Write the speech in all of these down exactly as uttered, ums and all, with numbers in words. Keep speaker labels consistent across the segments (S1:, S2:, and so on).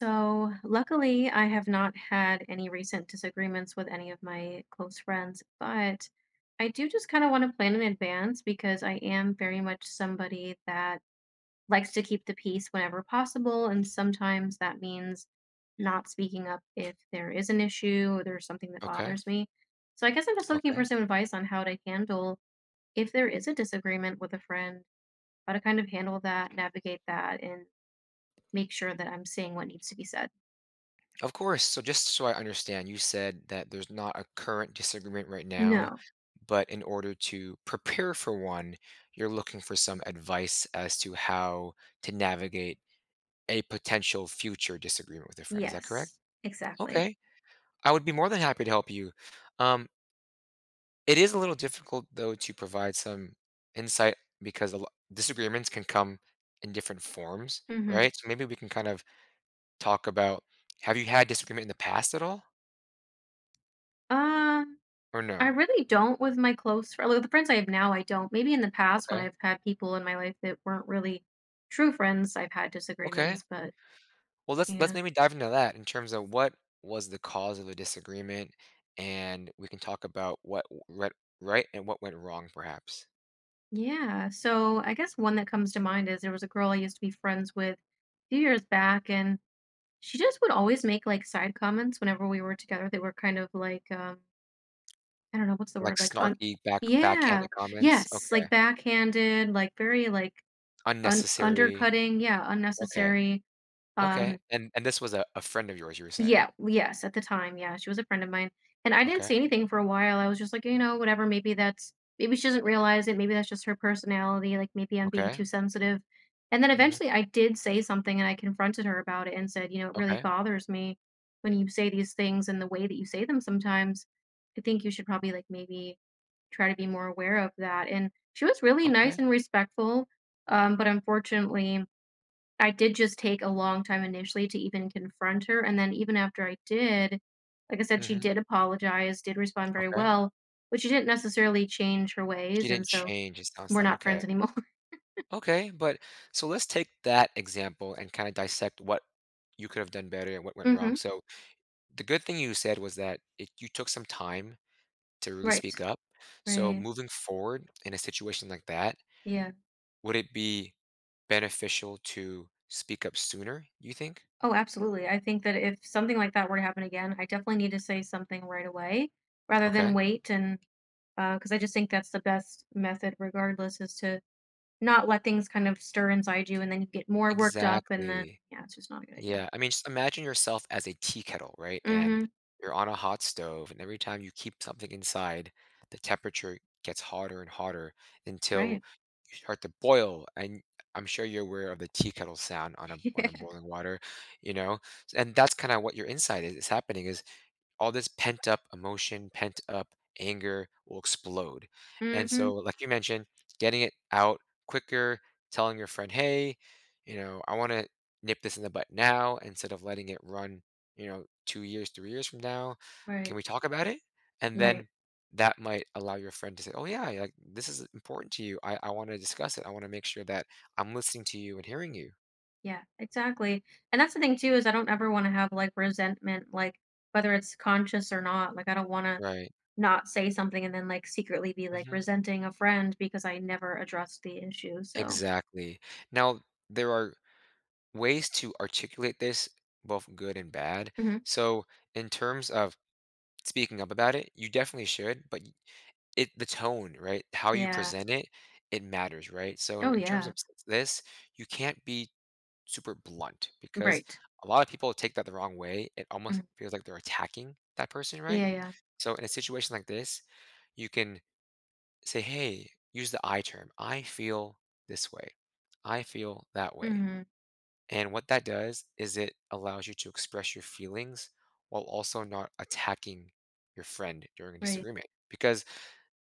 S1: So, luckily, I have not had any recent disagreements with any of my close friends, but I do just kind of want to plan in advance because I am very much somebody that likes to keep the peace whenever possible. And sometimes that means not speaking up if there is an issue or there's something that
S2: Okay.
S1: bothers me. So, I guess I'm just looking for
S2: Okay.
S1: some advice on how to handle if there is a disagreement with a friend, how to kind of handle that, navigate that, and make sure that I'm saying what needs to be said.
S2: Of course. So just so I understand, you said that there's not a current disagreement right now,
S1: No.
S2: but in order to prepare for one, you're looking for some advice as to how to navigate a potential future disagreement with a friend. Is that correct?
S1: Yes, exactly.
S2: Okay. I would be more than happy to help you. Um, it is a little difficult though to provide some insight because a lo- disagreements can come in different forms,
S1: Mhm.
S2: right? So maybe we can kind of talk about have you had disagreement in the past at all?
S1: Um,
S2: Or
S1: I
S2: no?
S1: really don't with my close friends. Like the friends I have now, I don't. Maybe in the past when
S2: Okay,
S1: I've had people in my life that weren't really true friends, I've had
S2: okay.
S1: disagreements, but
S2: Well, let's let's
S1: yeah.
S2: maybe dive into that in terms of what was the cause of the disagreement, and we can talk about what w went right and what went wrong, perhaps.
S1: Yeah. So I guess one that comes to mind is there was a girl I used to be friends with a few years back, and she just would always make like side comments whenever we were together that were kind of like, um, I don't know, what's the
S2: Like
S1: word? Like, un-
S2: snarky back
S1: yeah,
S2: backhanded comments?
S1: yes, like
S2: Okay.
S1: backhanded, like very like un-
S2: Unnecessary.
S1: undercutting, yeah,
S2: Okay,
S1: unnecessary,
S2: okay.
S1: um
S2: And and this was a a friend of yours, you were saying?
S1: yeah, yes, at the time, yeah, she was a friend of mine, and I didn't
S2: Okay,
S1: say anything for a while. I was just like, you know, whatever, maybe that's maybe she doesn't realize it, maybe that's just her personality, like maybe I'm being
S2: okay.
S1: too sensitive. And then
S2: Mhm.
S1: eventually I did say something and I confronted her about it and said, you know, it really
S2: Okay,
S1: bothers me when you say these things and the way that you say them sometimes. I think you should probably like maybe try to be more aware of that. And she was really nice
S2: okay.
S1: and respectful, um, but unfortunately I did just take a long time initially to even confront her, and then even after I did, like I said, she
S2: Mhm,
S1: did apologize, did respond very
S2: okay.
S1: well, but she didn't necessarily change her
S2: She
S1: ways, and
S2: didn't
S1: so
S2: change, it sounds
S1: we're
S2: like,
S1: not
S2: okay.
S1: friends anymore.
S2: Okay, but so let's take that example and kind of dissect what you could have done better and what went
S1: Hmm.
S2: wrong. So the good thing you said was that it, you took some time to really
S1: Right.
S2: speak up. So
S1: Right.
S2: moving forward in a situation like that,
S1: Yeah.
S2: would it be beneficial to speak up sooner, you think?
S1: Oh, absolutely. I think that if something like that were to happen again, I definitely need to say something right away rather than
S2: Okay.
S1: wait. And Because I just think that's the best method, regardless, is to not let things kind of stir inside you and then you get more worked up and then
S2: Exactly.
S1: yeah, it's just not a good idea.
S2: Yeah, I mean, just imagine yourself as a tea kettle, right? And
S1: Hmm.
S2: you're on a hot stove, and every time you keep something inside, the temperature gets hotter and hotter until
S1: Right.
S2: you start to boil. And I'm sure you're aware of the tea kettle sound on a
S1: Yeah.
S2: on a boiling water, you know? And that's kind of what your inside is, is happening is all this pent up emotion, pent up anger will explode. And
S1: Mhm.
S2: so, like you mentioned, getting it out quicker, telling your friend, hey, you know, I want to nip this in the butt now instead of letting it run, you know, two years, three years from now.
S1: Right.
S2: Can we talk about it? And
S1: Right.
S2: then that might allow your friend to say, oh, yeah, like this is important to you. I, I want to discuss it. I want to make sure that I'm listening to you and hearing you.
S1: Yeah, exactly. And that's the thing too is I don't ever want to have like resentment, like whether it's conscious or not. Like I don't want to
S2: Right.
S1: not say something and then like secretly be like
S2: Hmm.
S1: resenting a friend because I never addressed the issue. So,
S2: Exactly. Now, there are ways to articulate this, both good and bad.
S1: mhm.
S2: So, in terms of speaking up about it, you definitely should, but y- it the tone, right? How you
S1: Yeah.
S2: present it, it matters, right? So,
S1: Oh
S2: in terms
S1: yeah.
S2: of s- this, you can't be super blunt because
S1: Right.
S2: a lot of people take that the wrong way. It
S1: Mhm.
S2: almost feels like they're attacking that person, right?
S1: Yeah. Yeah.
S2: So, in a situation like this, you can say, "Hey, use the I term. I feel this way. I feel that way."
S1: Hmm.
S2: And what that does is it allows you to express your feelings while also not attacking your friend during a
S1: Right.
S2: disagreement. Because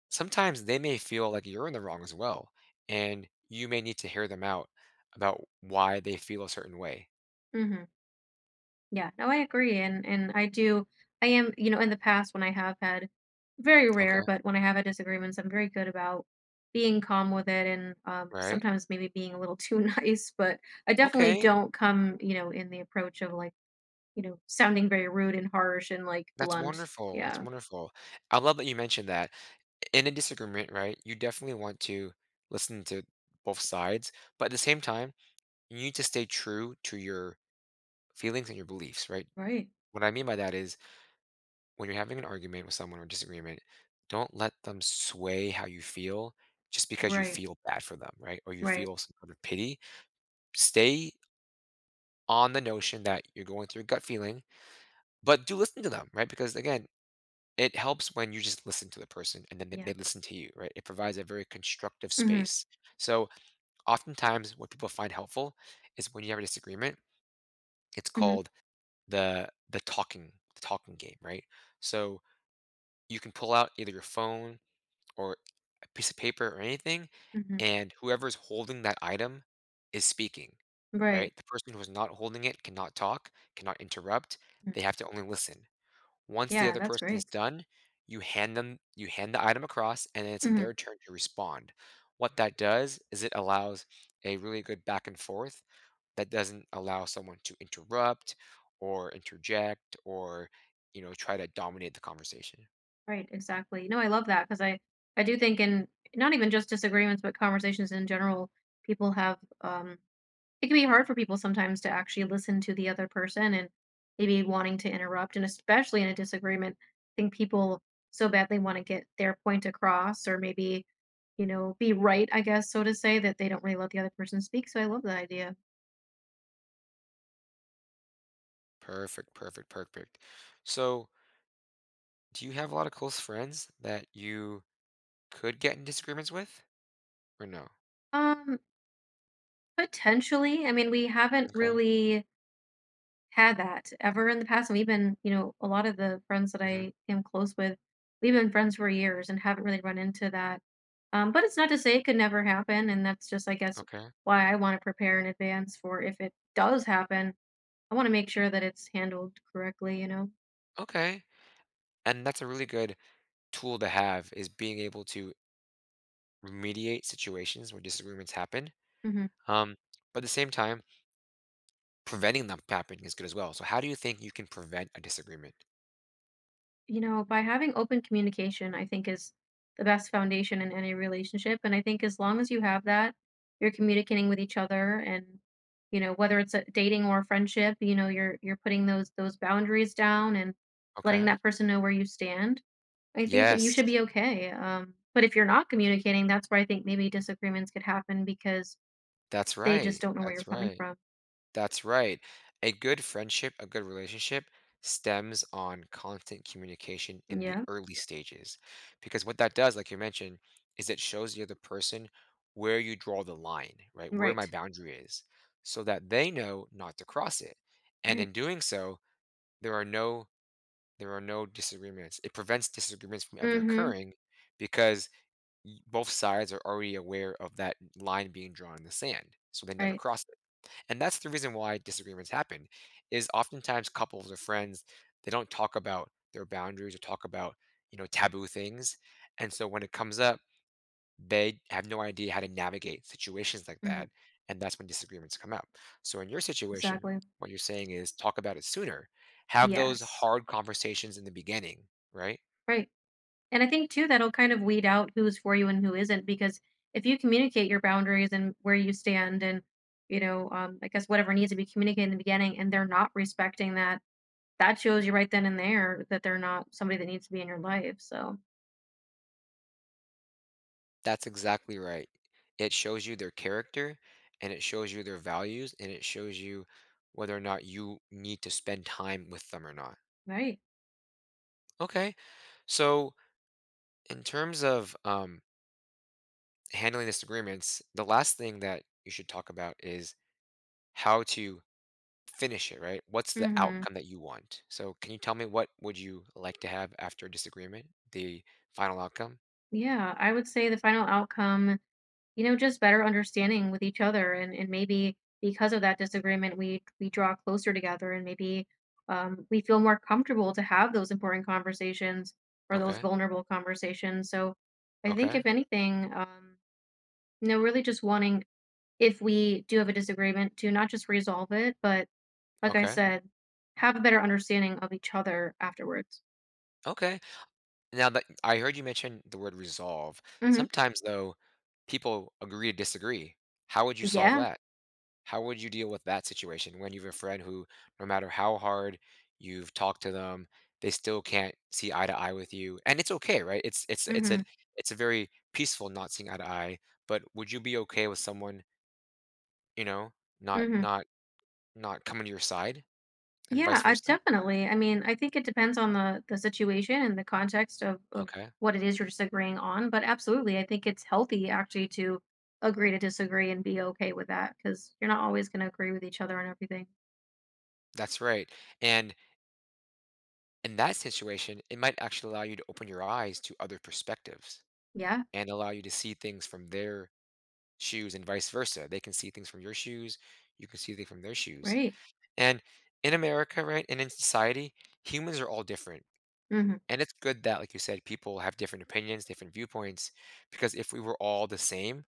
S2: sometimes they may feel like you're in the wrong as well. And you may need to hear them out about why they feel a certain way.
S1: Hmm. Yeah, no, I agree, and and I do I am, you know, in the past when I have had very rare,
S2: Okay.
S1: but when I have had disagreements, I'm very good about being calm with it, and um,
S2: Right.
S1: sometimes maybe being a little too nice, but I definitely
S2: Okay.
S1: don't come, you know, in the approach of like, you know, sounding very rude and harsh and like
S2: That's
S1: blunt.
S2: wonderful. That's
S1: Yeah.
S2: wonderful. I love that you mentioned that. In a disagreement, right, you definitely want to listen to both sides. But at the same time, you need to stay true to your feelings and your beliefs, right?
S1: Right.
S2: What I mean by that is when you're having an argument with someone or disagreement, don't let them sway how you feel just because you
S1: Right.
S2: feel bad for them, right? Or you
S1: Right.
S2: feel some kind of pity. Stay on the notion that you're going through a gut feeling, but do listen to them, right? Because again, it helps when you just listen to the person and then they,
S1: Yeah.
S2: they listen to you, right? It provides a very constructive
S1: Mm-hmm.
S2: space. So, oftentimes, what people find helpful is when you have a disagreement, it's
S1: Mm-hmm.
S2: called the the talking the talking game, right? So you can pull out either your phone or a piece of paper or anything,
S1: Mm-hmm.
S2: and whoever's holding that item is speaking,
S1: Right.
S2: right? The person who is not holding it cannot talk, cannot interrupt.
S1: mm,
S2: They have to only listen. Once the
S1: Yeah,
S2: other
S1: that's
S2: person
S1: great.
S2: is done, you hand them you hand the item across and then it's
S1: Mm-hmm.
S2: their turn to respond. What that does is it allows a really good back and forth that doesn't allow someone to interrupt or interject or you know try to dominate the conversation.
S1: Right, exactly. No, I love that because I I do think in not even just disagreements, but conversations in general, people have um it can be hard for people sometimes to actually listen to the other person and maybe wanting to interrupt, and especially in a disagreement, I think people so badly want to get their point across, or maybe, you know, be right, I guess, so to say, that they don't really let the other person speak. So I love that idea.
S2: Perfect, perfect, perfect. So, do you have a lot of close friends that you could get in disagreements with or no?
S1: Um Potentially, I mean, we haven't
S2: Okay.
S1: really had that ever in the past, and we've been, you know, a lot of the friends that
S2: Hmm.
S1: I am close with, we've been friends for years and haven't really run into that. Um, but it's not to say it could never happen, and that's just, I guess,
S2: Okay.
S1: why I wanna prepare in advance for if it does happen. I wanna make sure that it's handled correctly, you know?
S2: Okay. And that's a really good tool to have is being able to remediate situations where disagreements happen.
S1: Mhm.
S2: Um, but at the same time, preventing them from happening is good as well. So how do you think you can prevent a disagreement?
S1: You know, by having open communication, I think is the best foundation in any relationship. And I think as long as you have that, you're communicating with each other, and you know, whether it's a dating or a friendship, you know, you're you're putting those those boundaries down and letting
S2: Okay.
S1: that person know where you stand. I think that you
S2: Yes,
S1: should be okay. Um, but if you're not communicating, that's where I think maybe disagreements could happen because
S2: that's
S1: they just
S2: right.
S1: don't know where you're
S2: That's
S1: coming
S2: right.
S1: from.
S2: That's right. A good friendship, a good relationship stems on constant communication in the
S1: Yeah.
S2: early stages. Because what that does, like you mentioned, is it shows the other person where you draw the line, right? Where my
S1: Right.
S2: boundary is, so that they know not to cross it. And
S1: Right.
S2: in doing so, there are no there are no disagreements. It prevents disagreements from ever
S1: Mm-hmm.
S2: occurring because y- both sides are already aware of that line being drawn in the sand. So they never
S1: Right.
S2: cross it. And that's the reason why disagreements happen is oftentimes couples or friends, they don't talk about their boundaries or talk about, you know, taboo things. And so when it comes up, they have no idea how to navigate situations like
S1: Hmm.
S2: that. And that's when disagreements come up. So in your situation,
S1: Exactly.
S2: what you're saying is talk about it sooner. Have those
S1: Yes.
S2: hard conversations in the beginning, right?
S1: Right. And I think too that'll kind of weed out who's for you and who isn't, because if you communicate your boundaries and where you stand, and you know, um, I guess whatever needs to be communicated in the beginning and they're not respecting that, that shows you right then and there that they're not somebody that needs to be in your life. So,
S2: That's exactly right. It shows you their character and it shows you their values and it shows you whether or not you need to spend time with them or not.
S1: right.
S2: Okay. So, in terms of um, handling disagreements, the last thing that you should talk about is how to finish it, right? What's the
S1: Mhm.
S2: outcome that you want? So, can you tell me what would you like to have after a disagreement? The final outcome?
S1: Yeah, I would say the final outcome, you know, just better understanding with each other, and and maybe because of that disagreement, we we draw closer together, and maybe um, we feel more comfortable to have those important conversations or those
S2: Okay.
S1: vulnerable conversations. So I think
S2: Okay.
S1: if anything, um, you know, really just wanting if we do have a disagreement to not just resolve it, but like I
S2: Okay.
S1: said, have a better understanding of each other afterwards.
S2: Okay. Now that I heard you mention the word resolve.
S1: Hmm.
S2: Sometimes though, people agree to disagree. How would you solve
S1: Yeah.
S2: that? How would you deal with that situation when you have a friend who, no matter how hard you've talked to them, they still can't see eye to eye with you? And it's okay, right? It's it's it's a
S1: Hmm.
S2: it's a very peaceful not seeing eye to eye, but would you be okay with someone, you know, not
S1: Hmm.
S2: not not coming to your side and
S1: Yeah,
S2: vice
S1: uh,
S2: versa?
S1: Definitely. I mean, I think it depends on the the situation and the context of of
S2: Okay.
S1: what it is you're disagreeing on, but absolutely, I think it's healthy actually to agree to disagree and be okay with that, because you're not always going to agree with each other on everything.
S2: That's right. And in that situation, it might actually allow you to open your eyes to other perspectives
S1: Yeah,
S2: and allow you to see things from their shoes and vice versa. They can see things from your shoes, you can see things from their shoes.
S1: right.
S2: And in America, right, and in society, humans are all different.
S1: Hmm.
S2: And it's good that, like you said, people have different opinions, different viewpoints, because if we were all the same,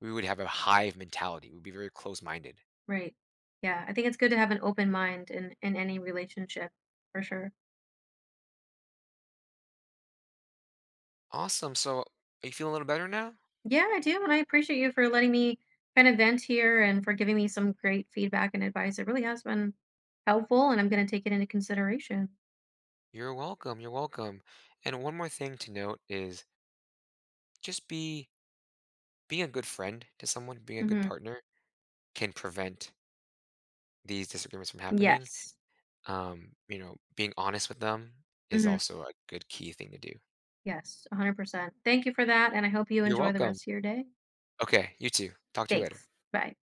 S2: we would have a hive mentality. We'd be very close minded.
S1: Right. Yeah, I think it's good to have an open mind in in any relationship for sure.
S2: Awesome. So, are you feeling a little better now?
S1: Yeah, I do, and I appreciate you for letting me kind of vent here and for giving me some great feedback and advice. It really has been helpful, and I'm going to take it into consideration.
S2: You're welcome. You're welcome. And one more thing to note is just be being a good friend to someone, being a good
S1: Hmm.
S2: partner can prevent these disagreements from happening.
S1: Yes.
S2: Um, you know, being honest with them is
S1: Mhm.
S2: also a good key thing to do.
S1: Yes, one hundred percent. Thank you for that, and I hope you
S2: You're
S1: enjoy the
S2: welcome.
S1: rest of your day.
S2: Okay, you too. Talk to you later.
S1: Thanks. Bye.